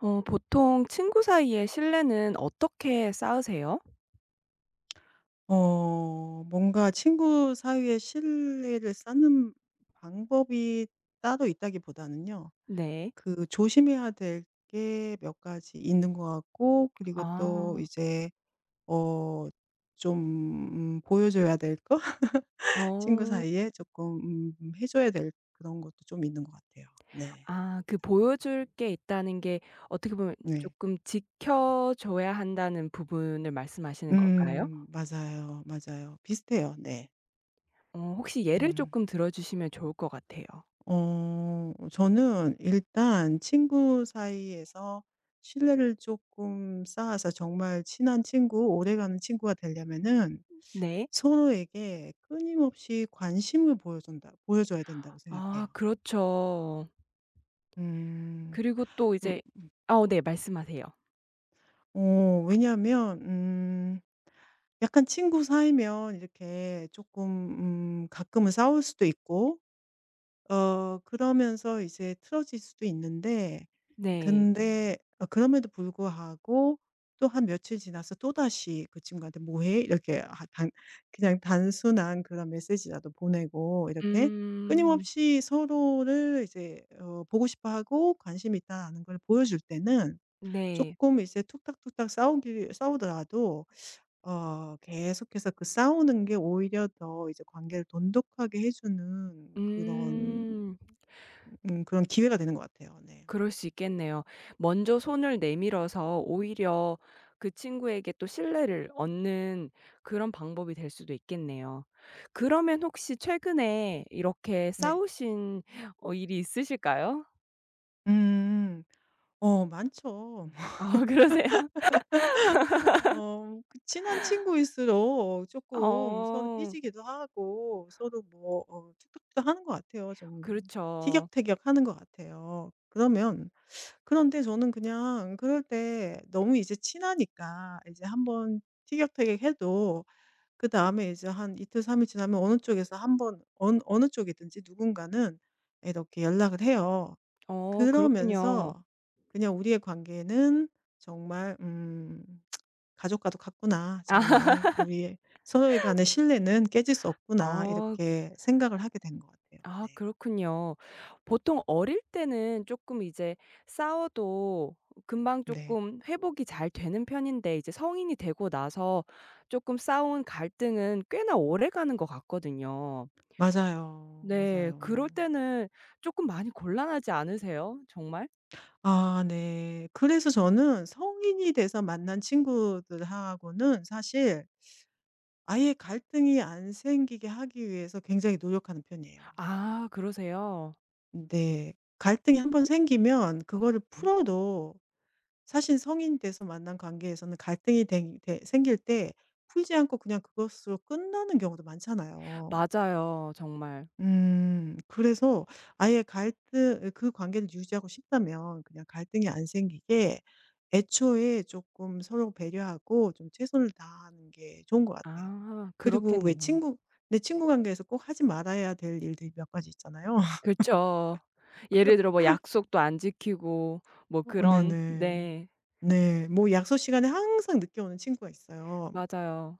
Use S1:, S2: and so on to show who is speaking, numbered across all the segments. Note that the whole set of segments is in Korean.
S1: 어 보통 친구 사이의 신뢰는 어떻게 쌓으세요?
S2: 뭔가 친구 사이에 신뢰를 쌓는 방법이 따로 있다기보다는요.
S1: 네.
S2: 그 조심해야 될 게 몇 가지 있는 것 같고, 그리고 또
S1: 아.
S2: 이제 어 좀 보여 줘야 될 거? 친구
S1: 어.
S2: 사이에 조금 해 줘야 될 그런 것도 좀 있는 것 같아요. 네.
S1: 아 그 보여줄 게 있다는 게 어떻게 보면
S2: 네.
S1: 조금 지켜줘야 한다는 부분을 말씀하시는 걸까요?
S2: 맞아요, 맞아요. 비슷해요. 네.
S1: 어 혹시 예를
S2: 음.
S1: 조금 들어 주시면 좋을 것 같아요.
S2: 저는 일단 친구 사이에서 신뢰를 조금 쌓아서 정말 친한 친구, 오래가는 친구가 되려면은
S1: 네.
S2: 서로에게 끊임없이 관심을 보여준다 보여줘야 된다고
S1: 아
S2: 생각해요.
S1: 그렇죠.
S2: 음.
S1: 그리고 또 이제 아, 네 말씀하세요.
S2: 왜냐하면 약간 친구 사이면 이렇게 조금 가끔은 싸울 수도 있고, 그러면서 이제 틀어질 수도 있는데, 네.
S1: 네.
S2: 근데 그럼에도 불구하고 또 한 며칠 지나서 또다시 그 친구한테 "뭐 해?" 이렇게 아 단 그냥 단순한 그런 메시지라도 보내고, 이렇게
S1: 음.
S2: 끊임없이 서로를 이제 보고 싶어하고 관심이 있다는 걸 보여줄 때는
S1: 네.
S2: 조금 이제 툭닥툭닥 싸우기 싸우더라도 계속해서 그 싸우는 게 오히려 더 이제 관계를 돈독하게 해 주는 그런,
S1: 음.
S2: 그런 기회가 되는 것 같아요. 네.
S1: 그럴 수 있겠네요. 먼저 손을 내밀어서 오히려 그 친구에게 또 신뢰를 얻는 그런 방법이 될 수도 있겠네요. 그러면 혹시 최근에 이렇게
S2: 네.
S1: 싸우신 어 일이 있으실까요?
S2: 음. 많죠.
S1: 어, 그러세요?
S2: 그 친한 친구일수록 조금 서로
S1: 어.
S2: 삐지기도 하고 서로 뭐 어툭툭 하는 것 같아요. 좀
S1: 그렇죠.
S2: 티격태격하는 것 같아요. 그러면, 그런데 저는 그냥 그럴 때 너무 이제 친하니까, 이제 한번 티격태격해도 그다음에 이제 한 이틀 삼일 지나면 어느 쪽에서 한번, 어느 쪽이든지 누군가는 이렇게 연락을 해요.
S1: 어 그렇군요.
S2: 그러면서 그냥 우리의 관계는 정말, '가족과도 같구나.
S1: 아.
S2: 정말 우리 서로에 간의 신뢰는 깨질 수 없구나.'
S1: 어.
S2: 이렇게 생각을 하게 된 것 같아요.
S1: 아
S2: 네.
S1: 그렇군요. 보통 어릴 때는 조금 이제 싸워도 금방
S2: 네.
S1: 조금 회복이 잘 되는 편인데 이제 성인이 되고 나서 조금 싸운 갈등은 꽤나 오래가는 것 같거든요.
S2: 맞아요.
S1: 네.
S2: 맞아요.
S1: 그럴 때는 조금 많이 곤란하지 않으세요? 정말?
S2: 아 네. 그래서 저는 성인이 돼서 만난 친구들하고는 사실 아예 갈등이 안 생기게 하기 위해서 굉장히 노력하는 편이에요.
S1: 아 그러세요?
S2: 네. 갈등이 한번 생기면 그거를 풀어도 사실 성인 돼서 만난 관계에서는 갈등이 생길 때 풀지 않고 그냥 그것으로 끝나는 경우도 많잖아요.
S1: 맞아요. 정말.
S2: 그래서 아예 갈등, 그 관계를 유지하고 싶다면 그냥 갈등이 안 생기게 애초에 조금 서로 배려하고 좀 최선을 다하는 게 좋은 것 같아요.
S1: 아
S2: 그리고 왜
S1: 그렇겠네요.
S2: 친구, 내 친구 관계에서 꼭 하지 말아야 될 일들이 몇 가지 있잖아요.
S1: 그렇죠. 예를 들어 뭐 약속도 안 지키고 뭐
S2: 네네.
S1: 그런
S2: 음.
S1: 네.
S2: 네. 뭐 약속 시간에 항상 늦게 오는 친구가 있어요.
S1: 맞아요.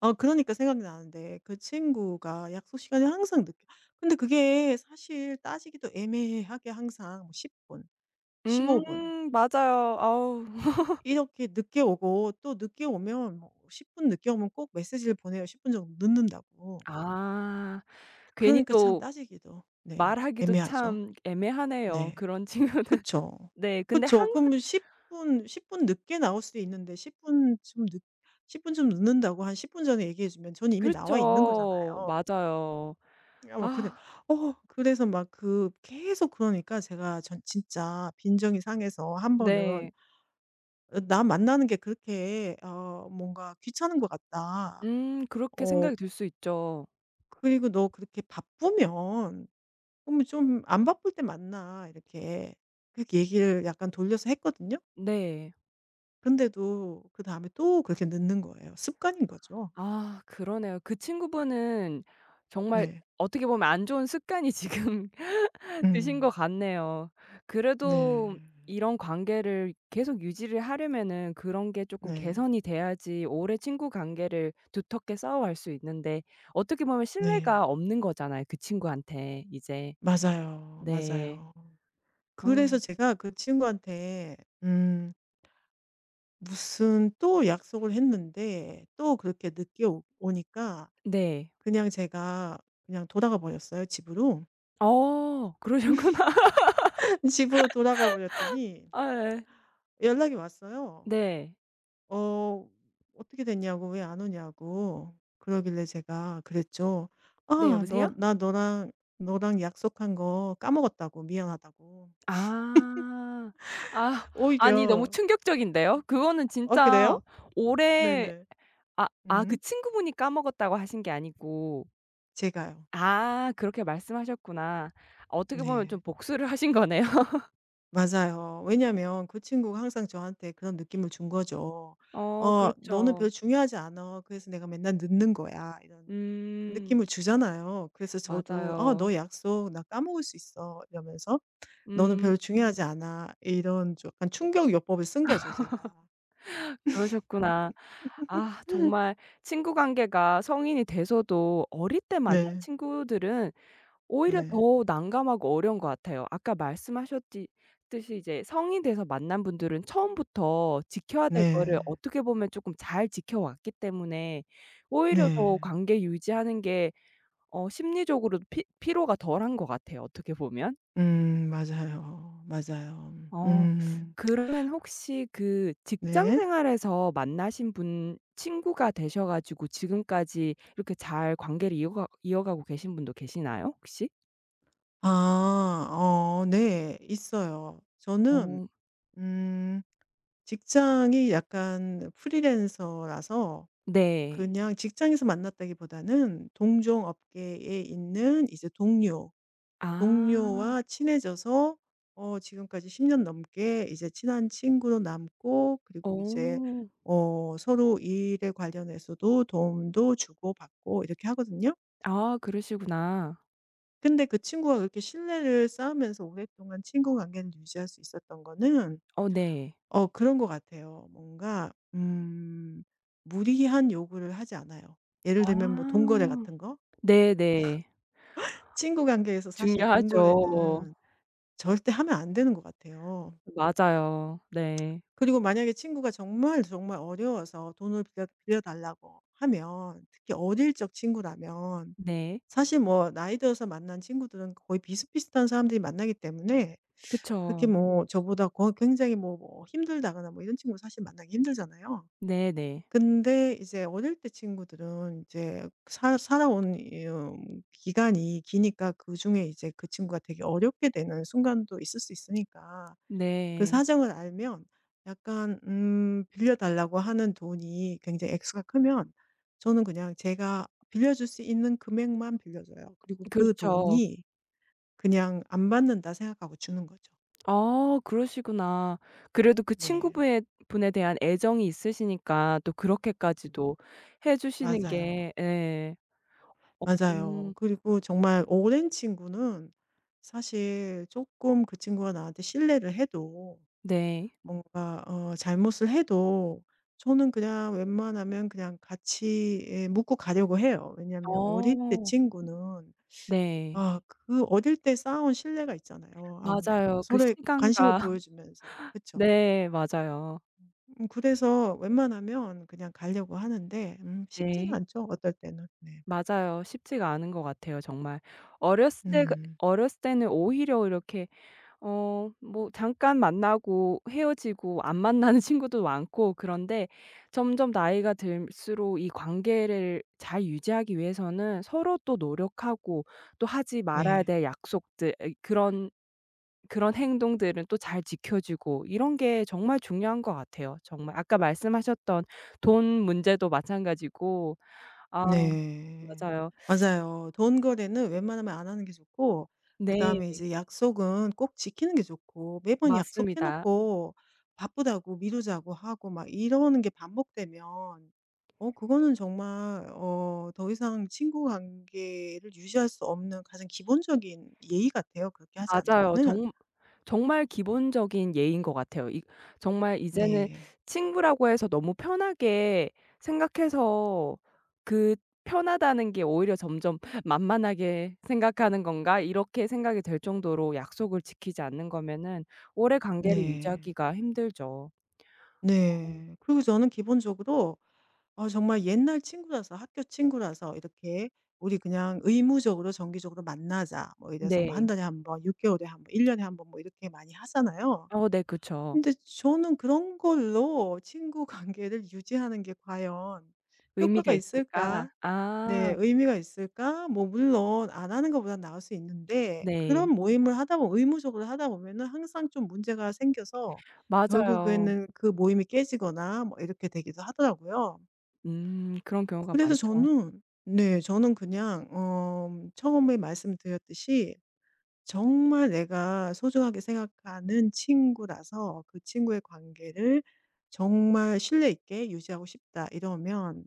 S2: 아 그러니까 생각이 나는데, 그 친구가 약속 시간에 항상 늦게, 근데 그게 사실 따지기도 애매하게 항상 뭐 10분 분, 15분
S1: 맞아요. 아우.
S2: 이렇게 늦게 오고, 또 늦게 오면 뭐 10분 늦게 오면 꼭 메시지를 보내요, 10분 정도 늦는다고.
S1: 아. 괜히
S2: 그러니까 참
S1: 또
S2: 따지기도 네
S1: 말하기도
S2: 애매하죠.
S1: 참 애매하네요,
S2: 네.
S1: 그런 친구들.
S2: 그쵸.
S1: 네. 근데
S2: 그쵸.
S1: 항상
S2: 그럼 10분 십 분 늦게 나올 수도 있는데, 십 분 좀 늦 10분 좀 늦는다고 한 10분 전에 얘기해 주면 저는 이미 나와 있는
S1: 그렇죠.
S2: 거잖아요.
S1: 맞아요.
S2: 아 막 그래,
S1: 아
S2: 그래서 막 그 계속 그러니까, 제가 전 진짜 빈정이 상해서 한 번은
S1: 네.
S2: 나 만나는 게 그렇게 뭔가 귀찮은 것 같다.
S1: 그렇게
S2: 어
S1: 생각이 들 수 있죠.
S2: 그리고 너 그렇게 바쁘면 그럼 좀 안 바쁠 때 만나.' 이렇게, 그렇게 얘기를 약간 돌려서 했거든요.
S1: 네.
S2: 근데도 그다음에 또 그렇게 늦는 거예요. 습관인 거죠.
S1: 아 그러네요. 그 친구분은 정말
S2: 네.
S1: 어떻게 보면 안 좋은 습관이 지금 드신 것
S2: 음.
S1: 같네요. 그래도
S2: 네.
S1: 이런 관계를 계속 유지를 하려면은 그런 게 조금
S2: 네.
S1: 개선이 돼야지 오래 친구 관계를 두텁게 쌓아갈 수 있는데 어떻게 보면
S2: 네.
S1: 신뢰가 없는 거잖아요, 그 친구한테 이제.
S2: 맞아요.
S1: 네.
S2: 맞아요.
S1: 어
S2: 그래서 제가 그 친구한테, 음 무슨 또 약속을 했는데 또 그렇게 늦게 오 오니까
S1: 네.
S2: 그냥 제가, 그냥 돌아가 버렸어요, 집으로.
S1: 어 그러셨구나.
S2: 집으로 돌아가 버렸더니
S1: 아예.
S2: 연락이 왔어요.
S1: 네.
S2: 어 "어떻게 됐냐고. 왜 안 오냐."고. 그러길래 제가 그랬죠.
S1: 네
S2: "아 너
S1: 여보세요?
S2: 나 너랑, 너랑 약속한 거 까먹었다."고, "미안하다."고.
S1: 아. 아. 아니 너무
S2: 오히려.
S1: 충격적인데요. 그거는
S2: 어 그래요?
S1: 진짜 오래
S2: 네네.
S1: 아 아 그
S2: 음.
S1: 친구분이 까먹었다고 하신 게 아니고
S2: 제가요.
S1: 아 그렇게 말씀하셨구나. 어떻게 보면 좀
S2: 네.
S1: 복수를 하신 거네요.
S2: 맞아요. 왜냐면 그 친구가 항상 저한테 그런 느낌을 준 거죠.
S1: 어
S2: 너는 별로
S1: 그렇죠.
S2: 중요하지 않아. 그래서 내가 맨날 늦는 거야." 이런
S1: 음
S2: 느낌을 주잖아요. 그래서 저도 "아
S1: 맞아요.
S2: 너 약속 나 까먹을 수 있어." 이러면서 "너는
S1: 음
S2: 별로 중요하지 않아." 이런 좀 약간 충격 요법을 쓴 거죠, 제가.
S1: 그러셨구나. 아 정말 친구 관계가 성인이 돼서도 어릴 때 만난
S2: 네.
S1: 친구들은 오히려
S2: 네.
S1: 더 난감하고 어려운 것 같아요. 아까 말씀하셨 듯이 이제 성인 돼서 만난 분들은 처음부터 지켜야 될 거를
S2: 네.
S1: 어떻게 보면 조금 잘 지켜왔기 때문에 오히려 더
S2: 네.
S1: 관계 유지하는 게 어 심리적으로도 피 피로가 덜한 것 같아요 어떻게 보면.
S2: 맞아요. 맞아요.
S1: 어
S2: 음.
S1: 그러면 혹시 그 직장
S2: 네.
S1: 생활에서 만나신 분 친구가 되셔 가지고 지금까지 이렇게 잘 관계를 이어가고 계신 분도 계시나요 혹시?
S2: 아. 어 네. 있어요. 저는,
S1: 어
S2: 음 직장이 약간 프리랜서라서
S1: 네.
S2: 그냥 직장에서 만났다기보다는 동종 업계에 있는 이제 동료,
S1: 아.
S2: 동료와 친해져서 지금까지 10년 넘게 이제 친한 친구로 남고, 그리고 이제
S1: 어.
S2: 서로 일에 관련해서도 도움도 주고받고 이렇게 하거든요.
S1: 아 그러시구나.
S2: 근데 그 친구가 그렇게 신뢰를 쌓으면서 오랫동안 친구 관계를 유지할 수 있었던 거는
S1: 어 네.
S2: 그런 것 같아요. 뭔가, 무리한 요구를 하지 않아요. 예를
S1: 아.
S2: 들면 뭐 돈거래 같은 거?
S1: 네네.
S2: 친구 관계에서 사실
S1: 중요하죠.
S2: 돈거래는 절대 하면 안 되는 것 같아요.
S1: 맞아요. 네.
S2: 그리고 만약에 친구가 정말 정말 어려워서 돈을 빌려달라고 하면, 특히 어릴 적 친구라면
S1: 네.
S2: 사실 뭐 나이 들어서 만난 친구들은 거의 비슷비슷한 사람들이 만나기 때문에 그렇게
S1: 그쵸.
S2: 뭐 저보다 거 굉장히 뭐 힘들다거나 뭐 이런 친구 사실 만나기 힘들잖아요.
S1: 네네.
S2: 근데 이제 어릴 때 친구들은 이제 사 살아온 이, 기간이 기니까 그중에 이제 그 친구가 되게 어렵게 되는 순간도 있을 수 있으니까, 그
S1: 네.
S2: 사정을 알면, 약간 빌려 달라고 하는 돈이 굉장히 액수가 크면 저는 그냥 제가 빌려줄 수 있는 금액만 빌려줘요. 그리고 그
S1: 그렇죠.
S2: 돈이 그냥 '안 받는다.' 생각하고 주는 거죠.
S1: 아 그러시구나. 그래도 그
S2: 네.
S1: 친구분에 분에 대한 애정이 있으시니까 또
S2: 음.
S1: 그렇게까지도 해 주시는
S2: 맞아요.
S1: 게 예.
S2: 맞아요.
S1: 음
S2: 그리고 정말 오랜 친구는 사실 조금 그 친구가 나한테 실례를 해도,
S1: 네.
S2: 뭔가 잘못을 해도 저는 그냥 웬만하면 그냥 같이 예 묻고 가려고 해요. 왜냐하면 어릴 때
S1: 어
S2: 친구는,
S1: 네.
S2: 아 그 어릴 때 쌓아온 신뢰가 있잖아요 아무래도.
S1: 맞아요. 그
S2: 서로의 관심을
S1: 시간과.
S2: 보여주면서. 그렇죠.
S1: 네 맞아요.
S2: 그래서 웬만하면 그냥 가려고 하는데 쉽지는
S1: 네.
S2: 않죠 어떨 때는. 네.
S1: 맞아요. 쉽지가 않은 것 같아요 정말.
S2: 음.
S1: 어렸을 때는 오히려 이렇게 어 뭐 잠깐 만나고 헤어지고 안 만나는 친구도 많고 그런데 점점 나이가 들수록 이 관계를 잘 유지하기 위해서는 서로 또 노력하고 또 하지 말아야
S2: 네.
S1: 될 약속들 에, 그런 행동들은 또 잘 지켜 주고 이런 게 정말 중요한 것 같아요. 정말 아까 말씀하셨던 돈 문제도 마찬가지고 아
S2: 네.
S1: 맞아요.
S2: 맞아요. 돈 거래는 웬만하면 안 하는 게 좋고,
S1: 네.
S2: 그다음에 이제 약속은 꼭 지키는 게 좋고. 매번 약속해
S1: 맞습니다.
S2: 놓고 바쁘다고 미루자고 하고 막 이러는 게 반복되면 그거는 정말, 더 이상 친구 관계를 유지할 수 없는, 가장 기본적인 예의 같아요, 그렇게 하지 않는
S1: 맞아요.
S2: 거는.
S1: 정 정말 기본적인 예인 것 같아요. 이 정말 이제는
S2: 네.
S1: 친구라고 해서 너무 편하게 생각해서 그 '편하다는 게 오히려 점점 만만하게 생각하는 건가?' 이렇게 생각이 될 정도로 약속을 지키지 않는 거면은 오래 관계를
S2: 네.
S1: 유지하기가 힘들죠. 어.
S2: 네. 그리고 저는 기본적으로 정말 옛날 친구라서, 학교 친구라서 이렇게 "우리 그냥 의무적으로 정기적으로 만나자." 뭐 이래서, 뭐 한
S1: 네.
S2: 달에 한 번, 6개월 개월에 한 번, 1년 년에 한번, 뭐 이렇게 많이 하잖아요.
S1: 어 네 그쵸.
S2: 근데 저는 그런 걸로 친구 관계를 유지하는 게 과연 효과가
S1: '의미가 있을까?'
S2: 있을까?
S1: 아
S2: 네 의미가 있을까? 뭐 물론 안 하는 것보는 나을 수 있는데, 그런
S1: 네.
S2: 모임을 하다 보면, 의무적으로 하다 보면은 항상 좀 문제가 생겨서
S1: 맞아요.
S2: 결국에는 그 모임이 깨지거나 뭐 이렇게 되기도 하더라고요.
S1: 그런 경우가
S2: 그래서
S1: 많죠.
S2: 저는, 네 저는 그냥 처음에 말씀드렸듯이 정말 내가 소중하게 생각하는 친구라서 그 친구의 관계를 정말 신뢰 있게 유지하고 싶다 이러면,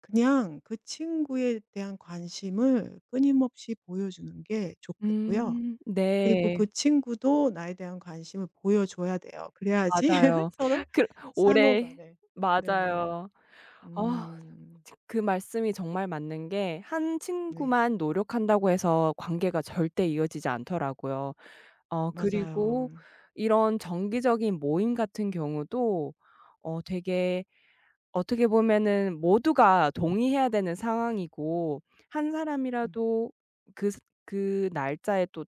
S2: 그냥 그 친구에 대한 관심을 끊임없이 보여주는 게 좋겠고요. 그리고
S1: 네.
S2: 그 친구도 나에 대한 관심을 보여줘야 돼요. 그래야지
S1: 맞아요.
S2: 서로
S1: 그 올해
S2: 상호간에. 네네.
S1: 맞아요. 아
S2: 음.
S1: 지 그 말씀이 정말 맞는 게 한
S2: 네.
S1: 친구만 노력한다고 해서 관계가 절대 이어지지 않더라고요. 어
S2: 맞아요.
S1: 그리고 이런 정기적인 모임 같은 경우도 어 되게 어떻게 보면은 모두가 동의해야 되는 상황이고 한
S2: 음.
S1: 사람이라도 그 스 그 날짜에 또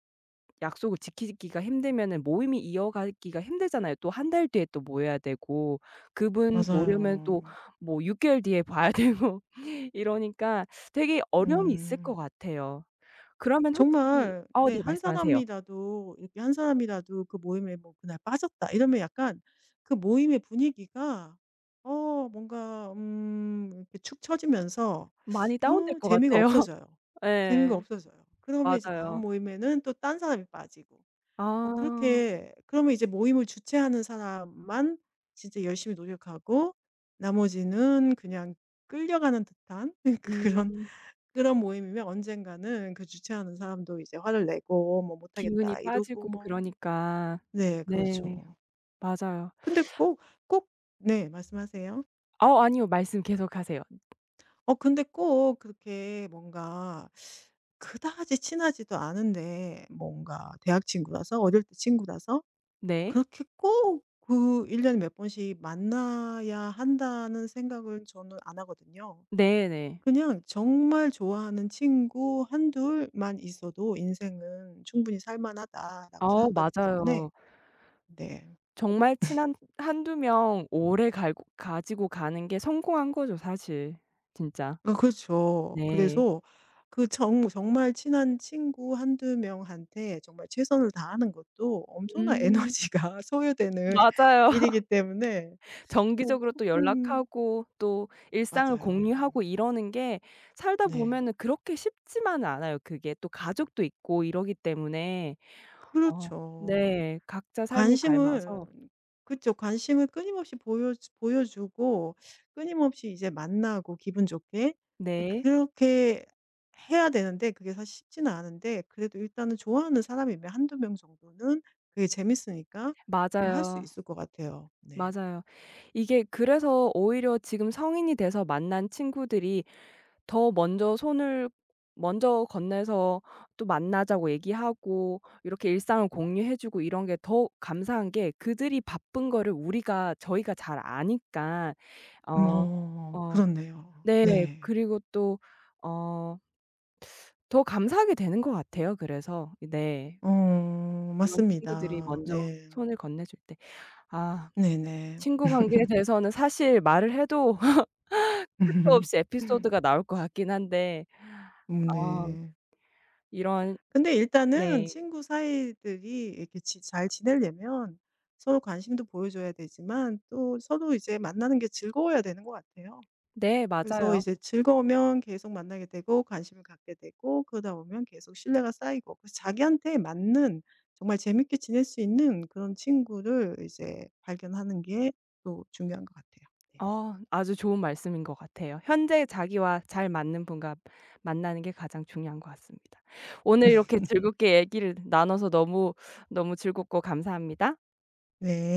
S1: 약속을 지키기가 힘들면은 모임이 이어가기가 힘들잖아요. 또 한 달 뒤에 또 모여야 되고 그분 보려면 또
S2: 맞아요.
S1: 뭐 6개월 개월 뒤에 봐야 되고 이러니까 되게 어려움이 있을 것
S2: 음.
S1: 같아요. 그러면 혹시
S2: 정말,
S1: 어
S2: 네
S1: 네
S2: 한
S1: 말씀하세요.
S2: 사람이라도 이렇게 한 사람이라도 그 모임에 뭐 '그날 빠졌다.' 이러면 약간 그 모임의 분위기가 뭔가 이렇게 축 처지면서,
S1: 많이 다운될 것
S2: 재미가
S1: 같아요.
S2: 없어져요. 재미가
S1: 예.
S2: 없어져요. 그러면 이제 다음
S1: 맞아요.
S2: 모임에는 또 딴 사람이 빠지고.
S1: 아.
S2: 그렇게, 그러면 이제 모임을 주최하는 사람만 진짜 열심히 노력하고 나머지는 그냥 끌려가는 듯한 그런,
S1: 음.
S2: 그런 모임이면 언젠가는 그 주최하는 사람도 이제 화를 내고 뭐
S1: 기운이
S2: "못하겠다." 이러고
S1: 빠지고
S2: 뭐.
S1: 그러니까.
S2: 네
S1: 네.
S2: 그렇죠.
S1: 맞아요.
S2: 근데 꼭 꼭 네 말씀하세요.
S1: 아 아니요. 말씀 계속하세요.
S2: 근데 꼭 그렇게 뭔가 그다지 친하지도 않은데 뭔가 대학 친구라서, 어릴 때 친구라서
S1: 네.
S2: 그렇게 꼭 그 1년 년에 몇 번씩 만나야 한다는 생각을 저는 안 하거든요.
S1: 네네.
S2: 그냥 정말 좋아하는 친구 한둘만 있어도 '인생은 충분히 살 만하다.'라고
S1: 어
S2: 생각하기 때문에.
S1: 맞아요.
S2: 네.
S1: 정말 친한 한두 명 오래 갈고 가지고 가는 게 성공한 거죠 사실. 진짜.
S2: 그렇죠.
S1: 네.
S2: 그래서 그 정 정말 친한 친구 한두 명한테 정말 최선을 다하는 것도 엄청난
S1: 음.
S2: 에너지가 소요되는
S1: 맞아요.
S2: 일이기 때문에. 어
S1: 정기적으로
S2: 그
S1: 또
S2: 음
S1: 연락하고 또 일상을
S2: 맞아요.
S1: 공유하고 이러는 게 살다
S2: 네.
S1: 보면은 그렇게 쉽지만은 않아요. 그게 또 가족도 있고 이러기 때문에 어
S2: 그렇죠.
S1: 네. 각자 삶이 밟아서
S2: 관심을, 그쵸. 관심을 끊임없이 보여 주고, 끊임없이 이제 만나고 기분 좋게
S1: 네.
S2: 그렇게 해야 되는데 그게 사실 쉽지는 않은데, 그래도 일단은 좋아하는 사람이면 한두 명 정도는 그게 재밌으니까 좀 할 수
S1: 맞아요.
S2: 있을 것 같아요. 네.
S1: 맞아요. 이게 그래서 오히려 지금 성인이 돼서 만난 친구들이 더 먼저 손을 먼저 건네서 또 만나자고 얘기하고 이렇게 일상을 공유해 주고 이런 게 더 감사한 게 그들이 바쁜 거를 우리가 저희가 잘 아니까 어 어
S2: 그렇네요.
S1: 네.
S2: 네.
S1: 그리고 또 어 더 감사하게 되는 것 같아요 그래서. 네.
S2: 어
S1: 그런 친구들이
S2: 맞습니다.
S1: 먼저
S2: 네.
S1: 손을 건네 줄 때. 아
S2: 네네.
S1: 친구 관계에 대해서는 사실 말을 해도 끝도 없이 에피소드가 나올 것 같긴 한데 어
S2: 네.
S1: 이런
S2: 근데 일단은
S1: 네.
S2: 친구 사이들이 이렇게 지 잘 지내려면 서로 관심도 보여줘야 되지만 또 서로 이제 만나는 게 즐거워야 되는 것 같아요.
S1: 네
S2: 그래서
S1: 맞아요.
S2: 이제 즐거우면 계속 만나게 되고 관심을 갖게 되고, 그러다 보면 계속 신뢰가 쌓이고, 그래서 자기한테 맞는 정말 재밌게 지낼 수 있는 그런 친구를 이제 발견하는 게 또 중요한 것 같아요. 네.
S1: 어 아주 좋은 말씀인 것 같아요. 현재 자기와 잘 맞는 분과 만나는 게 가장 중요한 것 같습니다. 오늘 이렇게 즐겁게 얘기를 나눠서 너무, 너무 즐겁고 감사합니다.
S2: 네.